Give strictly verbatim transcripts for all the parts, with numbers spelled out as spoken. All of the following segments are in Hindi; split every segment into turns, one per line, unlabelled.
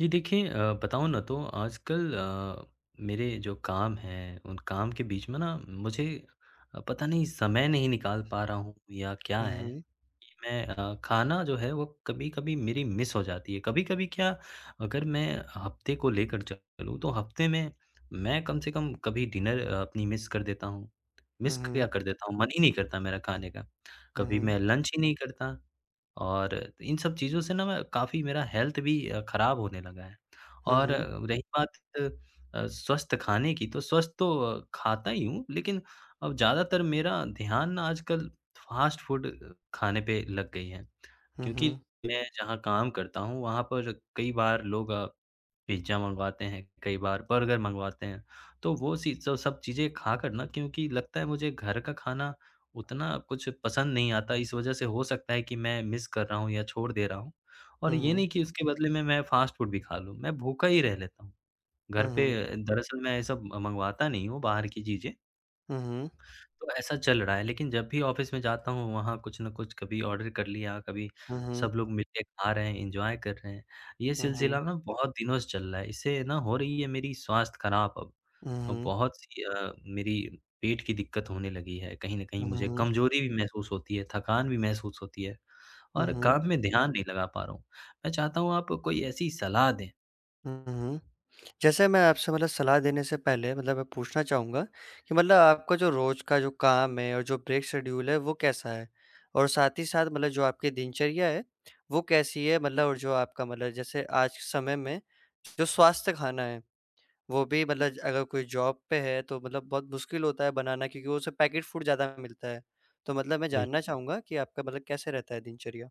जी देखिए, अ, बताऊँ ना। तो आजकल अ, मेरे जो काम हैं उन काम के बीच में ना मुझे, अ, पता नहीं, समय नहीं निकाल पा रहा हूँ या क्या है।
Mhm,
मैं अ, खाना जो है वो कभी-कभी मेरी मिस हो जाती है। कभी-कभी क्या, अगर मैं हफ्ते को लेकर चलूँ तो हफ्ते में मैं कम से कम कभी डिनर अ, अपनी मिस कर देता हूँ। मिस क्या
mhm,
कर देता हूँ, मन ही नहीं करता मेरा खाने का। कभी
mhm,
मैं लंच ही नहीं करता। और तो इन सब चीज़ों से ना मैं काफ़ी, मेरा हेल्थ भी अ, ख़राब होने लगा है। और
mhm,
अ, रही बात अ, स्वस्थ खाने की, तो स्वस्थ तो अ, खाता ही हूँ, लेकिन अब ज़्यादातर मेरा ध्यान ना आजकल फ़ास्ट फ़ूड खाने पे लग गई है। क्योंकि
mhm,
मैं जहाँ काम करता हूँ वहाँ पर कई बार लोग अ, पिज़्ज़ा मँगवाते हैं, कई बार बर्गर मँगवाते हैं। तो वो सी तो सब चीज़ें खाकर ना, क्योंकि लगता है मुझे घर का खाना उतना कुछ पसंद नहीं आता, इस वज़ह से हो सकता है कि मैं मिस कर रहा हूँ या छोड़ दे रहा हूँ। और ये
mhm,
नहीं कि उसके बदले में मैं फ़ास्ट फ़ूड भी खा लूँ, मैं भूखा ही रह लेता हूँ। घर पे
mhm,
दरअसल मैं ये सब मँगवाता नहीं हूँ, बाहर की चीज़ें।
mhm,
तो ऐसा चल रहा है, लेकिन जब भी ऑफ़िस में जाता हूँ वहाँ कुछ न कुछ कभी ऑर्डर कर लिया, कभी
mhm,
सब लोग मिलके खा रहे हैं, एन्जॉय कर रहे हैं। ये
mhm,
सिलसिला ना बहुत दिनों से चल रहा है, इससे ना हो रही है मेरी स्वास्थ्य खराब अब, और
mhm,
बहुत-सी अ, मेरी पेट की दिक्कत होने लगी है। कहीं न कहीं मुझे
mhm,
कमज़ोरी भी महसूस होती है, थकान भी महसूस होती है और
mhm,
काम में ध्यान नहीं लगा पा रहा हूँ। मैं चाहता हूँ आप कोई ऐसी सलाह दें।
mhm। जैसे मैं आपसे मतलब सलाह देने से पहले मतलब मैं पूछना चाहूँगा कि मतलब आपका जो रोज़ का जो काम है और जो ब्रेक शेड्यूल है वो कैसा है? और साथ ही साथ मतलब जो आपकी दिनचर्या है वो कैसी है? मतलब और जो आपका मतलब जैसे आज के समय में जो स्वास्थ्य खाना है वो भी मतलब ज अगर कोई जॉब पे है तो मतलब बहुत मुश्किल होता है बनाना क्योंकि वो उसे पैकेट फूड ज़्यादा मिलता है। तो मतलब मैं
बिल
जानना चाहूँगा कि आपका मतलब कैसे रहता है दिनचर्या?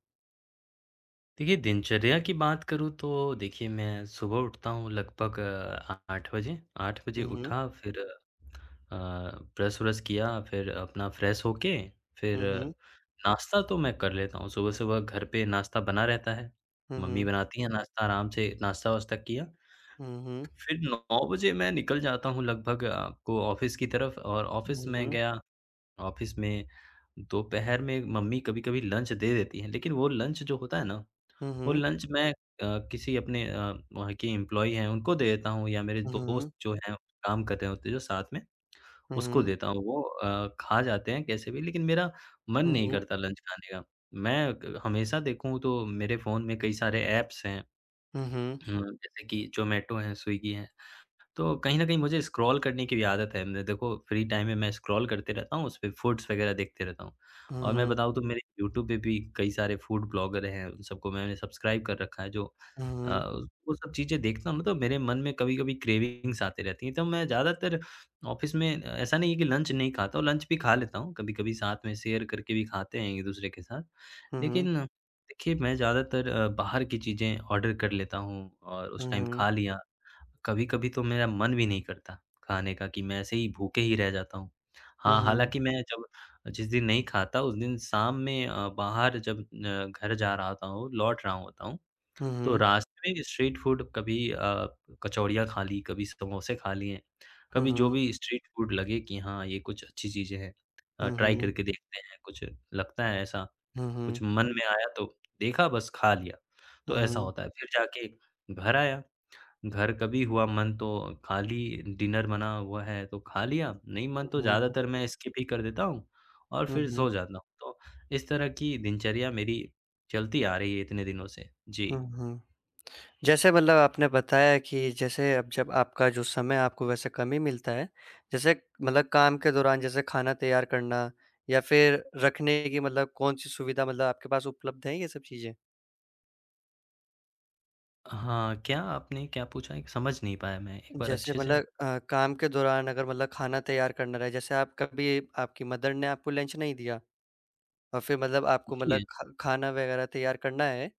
देखिए, दिनचर्या की बात करूँ तो देखिए, मैं सुबह उठता हूँ लगभग अ, आठ बजे, आठ बजे
हुँ, हुँ।
उठा फिर अ, ब्रश-व्रश किया, फिर अपना फ्रेश होके, फिर
हुँ, हुँ।
नाश्ता तो मैं कर लेता हूँ। सुबह-सुबह घर पे नाश्ता बना रहता है,
हुँ,
मम्मी
हुँ।
बनाती हैं नाश्ता, आराम से नाश्ता-वाश्ता किया।
हुँ,
फिर नौ बजे मैं निकल जाता हूँ लगभग आपको, ऑफ़िस की तरफ, और ऑफ़िस में
हुँ।
गया। ऑफ़िस में दोपहर में मम्मी कभी-कभी लंच दे देती हैं, लेकिन वो लंच जो होता है ना,
हुँ,
वो
हुँ।
लंच मैं अ, किसी अपने, अ, वहाँ की एम्प्लॉयी हैं उनको दे देता हूँ, या मेरे
हुँ,
दोस्त
हुँ।
जो हैं, काम कर रहे होते हैं जो साथ में,
हुँ,
उसको
हुँ।
देता हूँ। वो अ, खा जाते हैं कैसे भी, लेकिन मेरा मन
हुँ,
नहीं
हुँ।
करता लंच खाने का। मैं क हमेशा देखूँ तो मेरे फ़ोन में कई सारे ऐप्स हैं,
हुँ, हुँ।
हुँ, जैसे कि ज़ोमैटो है, स्विगी है। तो कहीं न कहीं मुझे स्क्रॉल करने की भी आदत है। मैं देखो फ्री टाइम में मैं स्क्रॉल करते रहता हूँ, उसपे फूड्स वग़ैरह देखते रहता हूँ।
हुँ,
और मैं
हुँ।
बताऊँ तो मेरे यूट्यूब पे भी कई सारे फूड ब्लॉगर हैं, उन सबको मैंने सब्सक्राइब कर रखा है। जो अ, वो सब चीज़ें देखता हूँ ना, तो मेरे मन में कभी-कभी क्रेविंग्स आती रहती हैं। तो मैं ज़्यादातर ऑफ़िस में, ऐसा नहीं है कि लंच नहीं खाता हूँ, लंच भी खा लेता हूँ, कभी-कभी साथ में शेयर करके भी खाते हैं एक-दूसरे के साथ।
हुँ, हुँ।
लेकिन देखिए, मैं ज़्यादातर अ, बाहर की चीज़ें ऑर्डर कर लेता हूँ और उस टाइम
हुँ,
खा लिया। कभी-कभी तो मेरा मन भी नहीं करता खाने का कि मैं ऐसे ही भूखे ही रह जाता हूँ। हाँ,
हुँ।
हालाँकि मैं जब, जिस दिन नहीं खाता उस दिन शाम में अ, बाहर जब अ, घर जा रहा होता हूँ, लौट रहा होता हूँ,
हुँ,
तो
हुँ।
रास्ते में स्ट्रीट फूड कभी अ, कचौड़ियाँ खा ली, कभी समोसे खा लिए,
हुँ,
कभी जो
हुँ।
भी स्ट्रीट फूड लगे कि हाँ, ये कुछ अच्छी चीज़ें हैं।
हुँ,
अ,
हुँ। हुँ,
ट्राई
हुँ।
करके देखते हैं, कुछ लगता है ऐसा,
हुँ, हुँ।
कुछ मन में आया तो देखा, बस खा लिया। तो
हुँ,
ऐसा
हुँ।
होता है। फिर जाके घर आया। घर कभी हुआ मन तो खाली, डिनर बना हुआ है तो खा लिया, नहीं मन
हुँ,
तो
हुँ।
ज़्यादातर मैं स्किप ही कर देता हूँ और
हुँ,
फिर
हुँ।
सो जाता हूँ। तो इस तरह की दिनचर्या मेरी चलती आ रही है इतने दिनों से। जी।
हुँ, हुँ। जैसे मतलब आपने बताया कि जैसे अब जब आपका जो समय आपको वैसे कम ही मिलता है, जैसे मतलब काम के दौरान जैसे खाना तैयार करना या फिर रखने की मतलब कौन-सी सुविधा मतलब आपके पास उपलब्ध है ये सब चीज़ें?
हाँ, क्या आपने क्या पूछा? एक समझ नहीं पाया मैं, एक बार
जैसे
अच्छे से
मतलब अ, काम के दौरान अगर मतलब खाना तैयार करना रहे, जैसे आप कभी आपकी मदर ने आपको लंच नहीं दिया और फिर मतलब आपको मतलब
समझिए।
ख खाना वगैरह तैयार करना है,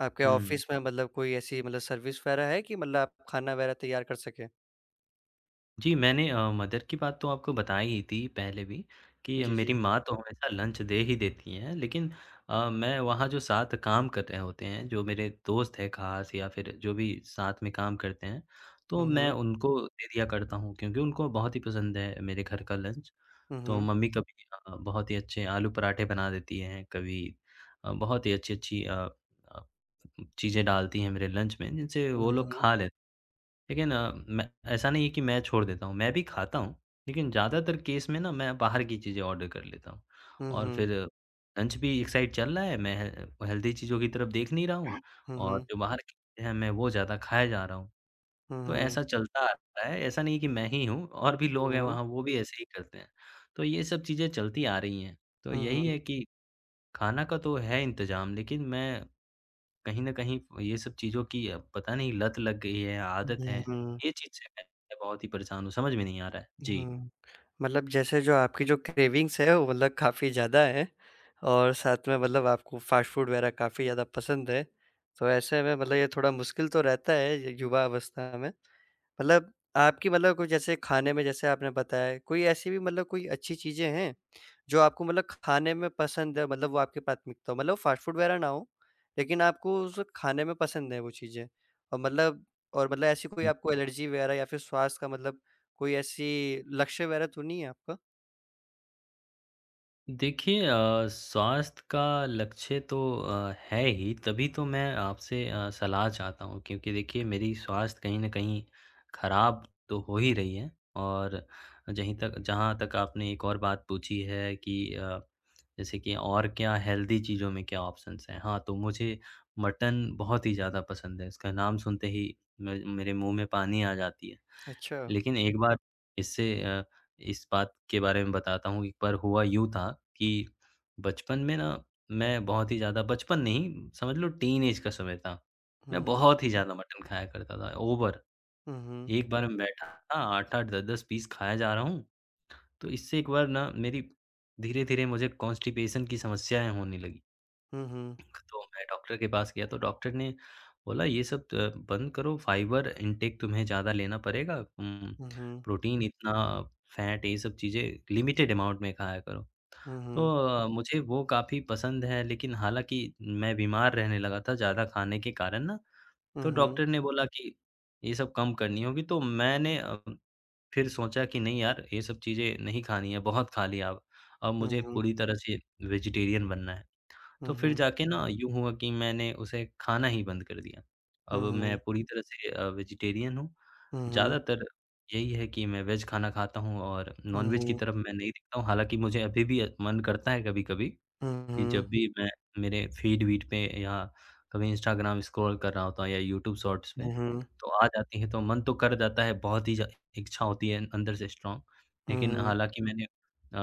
आपके
हुँ।
ऑफ़िस में मतलब कोई ऐसी मतलब सर्विस वगैरह है कि मतलब आप खाना वगैरह तैयार कर सकें?
जी, मैंने अ, मदर की बात तो आपको बताई ही थी पहले भी कि
जी,
मेरी
जी।
माँ तो हमेशा लंच दे ही देती हैं, लेकिन अ, मैं वहाँ जो साथ काम कर रहे होते हैं, जो मेरे दोस्त हैं ख़ास, या फिर जो भी साथ में काम करते हैं,
हुँ,
तो मैं
हुँ।
उनको दे दिया करता हूँ क्योंकि उनको बहुत ही पसंद है मेरे घर का लंच।
हुँ,
तो
हुँ।
मम्मी कभी अ, बहुत ही अच्छे आलू पराठे बना देती हैं, कभी अ, बहुत ही अच्छी-अच्छी अ अ, चीज़ें डालती हैं मेरे लंच में, जिनसे वो
हुँ,
लोग
हुँ।
खा लेते। लेकिन अ, मैं, ऐसा नहीं है कि मैं छोड़ देता हूँ, मैं भी खाता हूँ, लेकिन ज़्यादातर केस में ना मैं बाहर की चीज़ें ऑर्डर कर लेता हूँ।
हुँ,
और
हुँ।
फिर लंच भी एक साइड चल रहा है, मैं हे हेल्दी चीज़ों की तरफ देख नहीं रहा हूँ,
हुँ,
और
हुँ,
जो बाहर की चीज़ें हैं, मैं वो ज़्यादा खाए जा रहा हूँ। तो
हुँ।
ऐसा चलता आ रहा है, ऐसा नहीं कि मैं ही हूँ, और भी
हुँ,
लोग हैं
हुँ।
वहाँ, वो भी ऐसे ही करते हैं। तो ये सब चीज़ें चलती आ रही हैं। तो
हुँ,
यही
हुँ।
है कि खाना का तो है इंतज़ाम, लेकिन मैं कहीं न कहीं ये सब चीज़ों की, अ, पता नहीं, लत लग गई है, आदत है। ये चीज़ से मैं बहुत ही परेशान हूँ, समझ में नहीं आ रहा है।
हुँ,
जी।
हुँ। मतलब जैसे जो आपकी जो क्रेविंग्स है वो मतलब काफ़ी ज़्यादा है और साथ में मतलब आपको फ़ास्ट फ़ूड वग़ैरह काफ़ी ज़्यादा पसंद है। तो ऐसे में मतलब ये थोड़ा मुश्किल तो रहता है ये युवा अवस्था में। मतलब आपकी मतलब कुछ जैसे खाने में जैसे आपने बताया, कोई ऐसी भी मतलब कोई अच्छी चीज़ें हैं, जो आपको मतलब खाने में पसंद है मतलब वो आपकी प्राथमिकता हो? मतलब फ़ास्ट फ़ूड वगैरह ना हो, लेकिन आपको उस खाने में पसंद है वो चीज़ें और मतलब और मतलब ऐसी कोई आपको एलर्जी वगैरह या फिर स्वास्थ्य का मतलब कोई ऐसी लक्ष्य वगैरह तो नहीं है आपका?
देखिए, अ, स्वास्थ्य का लक्ष्य तो अ, है ही, तभी तो मैं आपसे अ, सलाह चाहता हूँ, क्योंकि देखिए मेरी स्वास्थ्य कहीं न कहीं खराब तो हो ही रही है। और जहीं तक जहाँ तक आपने एक और बात पूछी है कि अ, जैसे कि, और क्या हेल्दी चीज़ों में क्या ऑप्शंस हैं? हाँ, तो मुझे मटन बहुत ही ज़्यादा पसंद है। इसका नाम सुनते ही मे मेरे मुँह में पानी आ जाती है।
अच्छा।
लेकिन एक बार, इससे अ, इस बात के बारे में बताता हूँ। एक बार हुआ यूँ था कि बचपन में ना, मैं बहुत ही ज़्यादा, बचपन नहीं, समझ लो टीनेज का समय था।
हुँ,
मैं
हुँ।
बहुत ही ज़्यादा मटन खाया करता था, ओवर।
हुँ, हुँ।
एक बार मैं बैठा था, आठ-आठ, दस-दस पीस खाया जा रहा हूँ, तो इससे एक बार ना मेरी, धीरे-धीरे मुझे कॉन्स्टिपेशन की समस्याएँ होने लगी।
हुँ, हुँ।
तो मैं डॉक्टर के पास गया, तो डॉक्टर ने बोला ये सब अ, बंद करो, फाइबर इनटेक तुम्हें ज़्यादा लेना पड़ेगा। उम, प्रोटीन इतना, फैट, ये सब चीज़ें लिमिटेड अमाउंट में खाया करो।
हुँ,
तो
हुँ।
अ, मुझे वो काफ़ी पसंद है, लेकिन हालाँकि मैं बीमार रहने लगा था ज़्यादा खाने के कारण ना,
हुँ,
तो
हुँ,
डॉक्टर ने बोला कि ये सब कम करनी होगी। तो मैंने अ, फिर सोचा कि नहीं यार, ये सब चीज़ें नहीं खानी है, बहुत खा लिया अब। अब मुझे
हुँ,
पूरी तरह से वेजिटेरियन बनना है।
हुँ,
तो
हुँ,
फिर
हुँ,
जाके ना यूँ हुआ कि मैंने उसे खाना ही बंद कर दिया। अब मैं
हुँ,
पूरी तरह से अ, वेजिटेरियन हूँ।
हुँ, हुँ,
ज़्यादातर यही है कि मैं वेज खाना खाता हूँ और नॉन-वेज की
हुँ,
तरफ मैं नहीं दिखता हूँ। हालाँकि मुझे अभी भी मन करता है कभी-कभी कि,
हुँ,
जब भी मैं मेरे फ़ीड-वीड पे, या कभी इंस्टाग्राम स्क्रॉल कर रहा होता हूँ, या यूट्यूब शॉर्ट्स पे,
हुँ, हुँ,
तो आ जाती है तो मन तो कर जाता है, बहुत ही ज इच्छा होती है अंदर से स्ट्रॉन्ग। लेकिन
हुँ।
हालाँकि मैंने अ,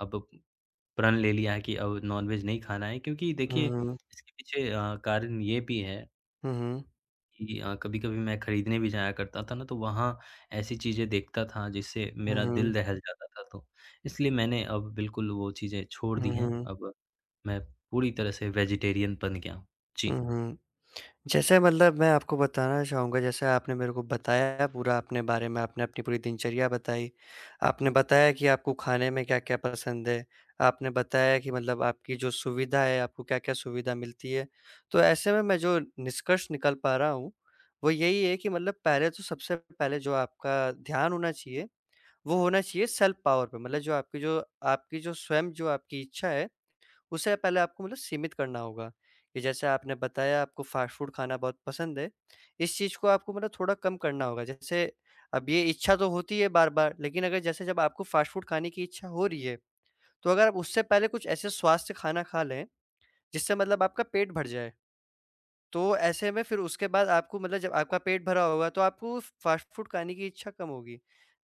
अब प्रण ले लिया है कि अब नॉनवेज नहीं खाना है। क्योंकि
हुँ,
देखिए
हुँ,
इसके पीछे अ, कारण ये भी है
हुँ।
कि अ, कभी-कभी मैं खरीदने भी जाया करता था ना, तो वहाँ ऐसी चीज़ें देखता था जिससे
हुँ,
मेरा
हुँ।
दिल दहल जाता था। तो इसलिए मैंने अब बिल्कुल वो चीज़ें छोड़
हुँ,
दी हैं।
हुँ।
अब मैं पूरी तरह से वेजिटेरियन बन गया हूँ।
हुँ,
जी।
हुँ। जैसे मतलब मैं आपको बताना चाहूँगा जैसे आपने मेरे को बताया पूरा अपने बारे में, आपने अपनी पूरी दिनचर्या बताई। आपने बताया कि आपको खाने में क्या-क्या पसंद है। आपने बताया कि मतलब आपकी जो सुविधा है, आपको क्या-क्या सुविधा मिलती है। तो ऐसे में मैं जो निष्कर्ष निकाल पा रहा हूँ, वो यही है कि मतलब पहले तो सबसे पहले जो आपका ध्यान होना चाहिए, वो होना चाहिए सेल्फ पावर पे। मतलब जो आपकी जो आपकी जो स्वयं जो आपकी इच्छा है उसे पहले आपको मतलब सीमित करना होगा, कि जैसे आपने बताया आपको फ़ास्ट फ़ूड खाना बहुत पसंद है, इस चीज़ को आपको मतलब थोड़ा कम करना होगा। जैसे अब ये इच्छा तो होती है बार-बार, लेकिन अगर जैसे जब आपको फ़ास्ट फ़ूड खाने की इच्छा हो रही है, तो अगर आप उससे पहले कुछ ऐसे स्वास्थ्य खाना खा लें, जिससे मतलब आपका पेट भर जाए। तो ऐसे में फिर उसके बाद आपको मतलब जब आपका पेट भरा होगा तो आपको फ़ास्ट फ़ूड खाने की इच्छा कम होगी।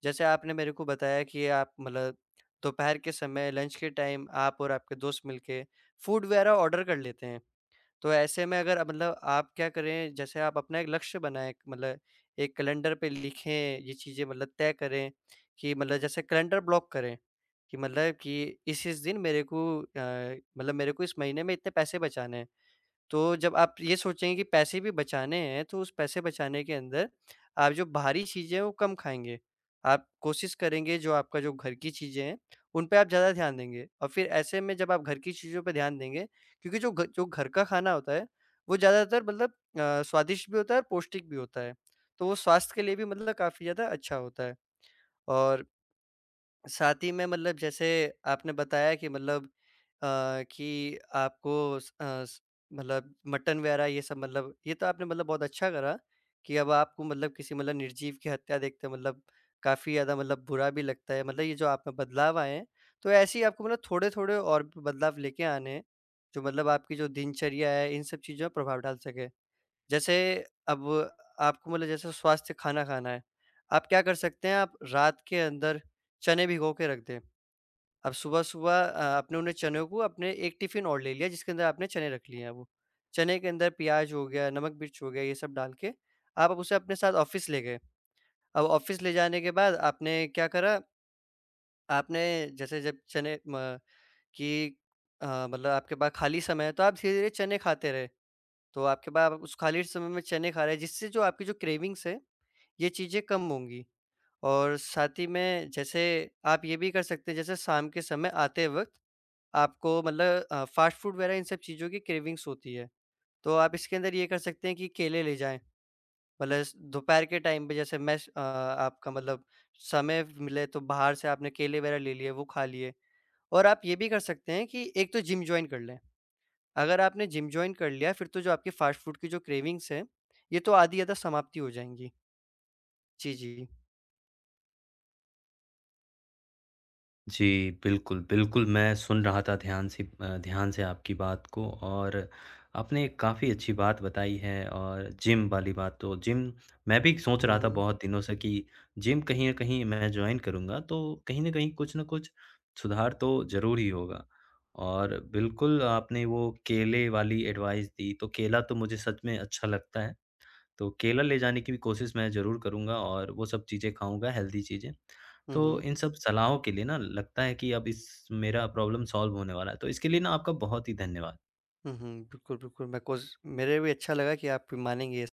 जैसे आपने मेरे को बताया कि आप मतलब दोपहर के समय लंच के टाइम आप और आपके दोस्त मिलके फूड वगैरह ऑर्डर कर लेते हैं। तो ऐसे में अगर मतलब आप क्या करें जैसे आप अपना एक लक्ष्य बनाएँ मतलब एक कैलेंडर पे लिखें ये चीज़ें मतलब तय करें कि मतलब जैसे कैलेंडर ब्लॉक करें कि मतलब कि इस-इस दिन मेरे को अ, मतलब मेरे को इस महीने में इतने पैसे बचाने हैं। तो जब आप ये सोचेंगे कि पैसे भी बचाने हैं, तो उस पैसे बचाने के अंदर आप जो बाहरी चीज़ें हैं, वो कम खाएँगे। आप कोशिश करेंगे जो आपका जो घर की चीज़ें हैं, उन पे आप ज़्यादा ध्यान देंगे और फिर ऐसे में जब आप घर की चीज़ों पे ध्यान देंगे क्योंकि जो घ जो घर का खाना होता है, वो ज़्यादातर मतलब अ, स्वादिष्ट भी होता है और पौष्टिक भी होता है। तो वो स्वास्थ्य के लिए भी मतलब काफ़ी ज़्यादा अच्छा होता है और साथ ही में मतलब जैसे आपने बताया कि मतलब अ, कि आपको स अ, स मतलब मटन वगैरह ये सब मतलब ये तो आपने मतलब बहुत अच्छा करा कि अब आपको मतलब किसी मतलब निर्जीव की हत्या देखते मतलब काफ़ी ज़्यादा मतलब बुरा भी लगता है। मतलब ये जो आप में बदलाव आए हैं, तो ऐसे ही आपको मतलब थोड़े-थोड़े और भी बदलाव लेके आने हैं, जो मतलब आपकी जो दिनचर्या है, इन सब चीज़ों में प्रभाव डाल सके। जैसे अब आपको मतलब जैसे स्वास्थ्य खाना खाना है, आप क्या कर सकते हैं, आप रात के अंदर चने भिगो के रख दें। अब सुबह-सुबह अ, आपने उन्हें चनों को अपने एक टिफ़िन और ले लिया जिसके अंदर आपने चने रख लिए हैं वो। चने के अंदर प्याज़ हो गया, नमक मिर्च हो गया, ये सब डाल के आप अब उसे अपने साथ ऑफ़िस ले गए। अब ऑफ़िस ले जाने के बाद आपने क्या करा, आपने जैसे जब चने म कि अ, मतलब आपके पास खाली समय है तो आप धीरे-धीरे चने खाते रहे। तो आपके पास आप उस खाली समय में चने खा रहे हैं जिससे जो आपकी जो क्रेविंग्स है, ये चीज़ें कम होंगी और साथ ही में जैसे आप ये भी कर सकते हैं जैसे शाम के समय आते वक़्त आपको मतलब अ, फ़ास्ट फ़ूड वग़ैरह इन सब चीज़ों की क्रेविंग्स होती है। तो आप इसके अंदर ये कर सकते हैं कि केले ले जाएँ प्लस दोपहर के टाइम पे जैसे मेस अ, आपका मतलब समय मिले तो बाहर से आपने केले वग़ैरह ले लिए, वो खा लिए और आप ये भी कर सकते हैं कि एक तो जिम जॉइन कर लें। अगर आपने जिम जॉइन कर लिया है, फिर तो जो आपकी फ़ास्ट फ़ूड की जो क्रेविंग्स हैं, ये तो आधी-अधा समाप्ति हो जाएँगी। जी, जी।
जी, बिल्कुल, बिल्कुल, मैं सुन रहा था ध्यान से, अ, ध्यान से आपकी बात को, और आपने काफ़ी अच्छी बात बताई है। और जिम वाली बात, तो जिम मैं भी सोच
हुँ,
रहा था
हुँ।
बहुत दिनों से कि जिम कहीं न कहीं मैं जॉइन करूँगा, तो कहीं न कहीं कुछ न कुछ सुधार तो ज़रूर ही होगा। और बिल्कुल आपने वो केले वाली एडवाइस दी, तो केला तो मुझे सच में अच्छा लगता है। तो केला ले जाने की भी कोशिश मैं ज़रूर करूँगा और वो सब चीज़ें खाऊँगा, हेल्दी चीज़ें।
हुँ,
तो
हुँ।
इन सब सलाहों के लिए ना लगता है कि अब इस मेरा प्रॉब्लम सॉल्व होने वाला है। तो इसके लिए ना आपका बहुत ही धन्यवाद।
हुँ, हुँ। बिल्कुल, बिल्कुल मैं कोस मेरे भी अच्छा लगा कि आप मानेंगे ये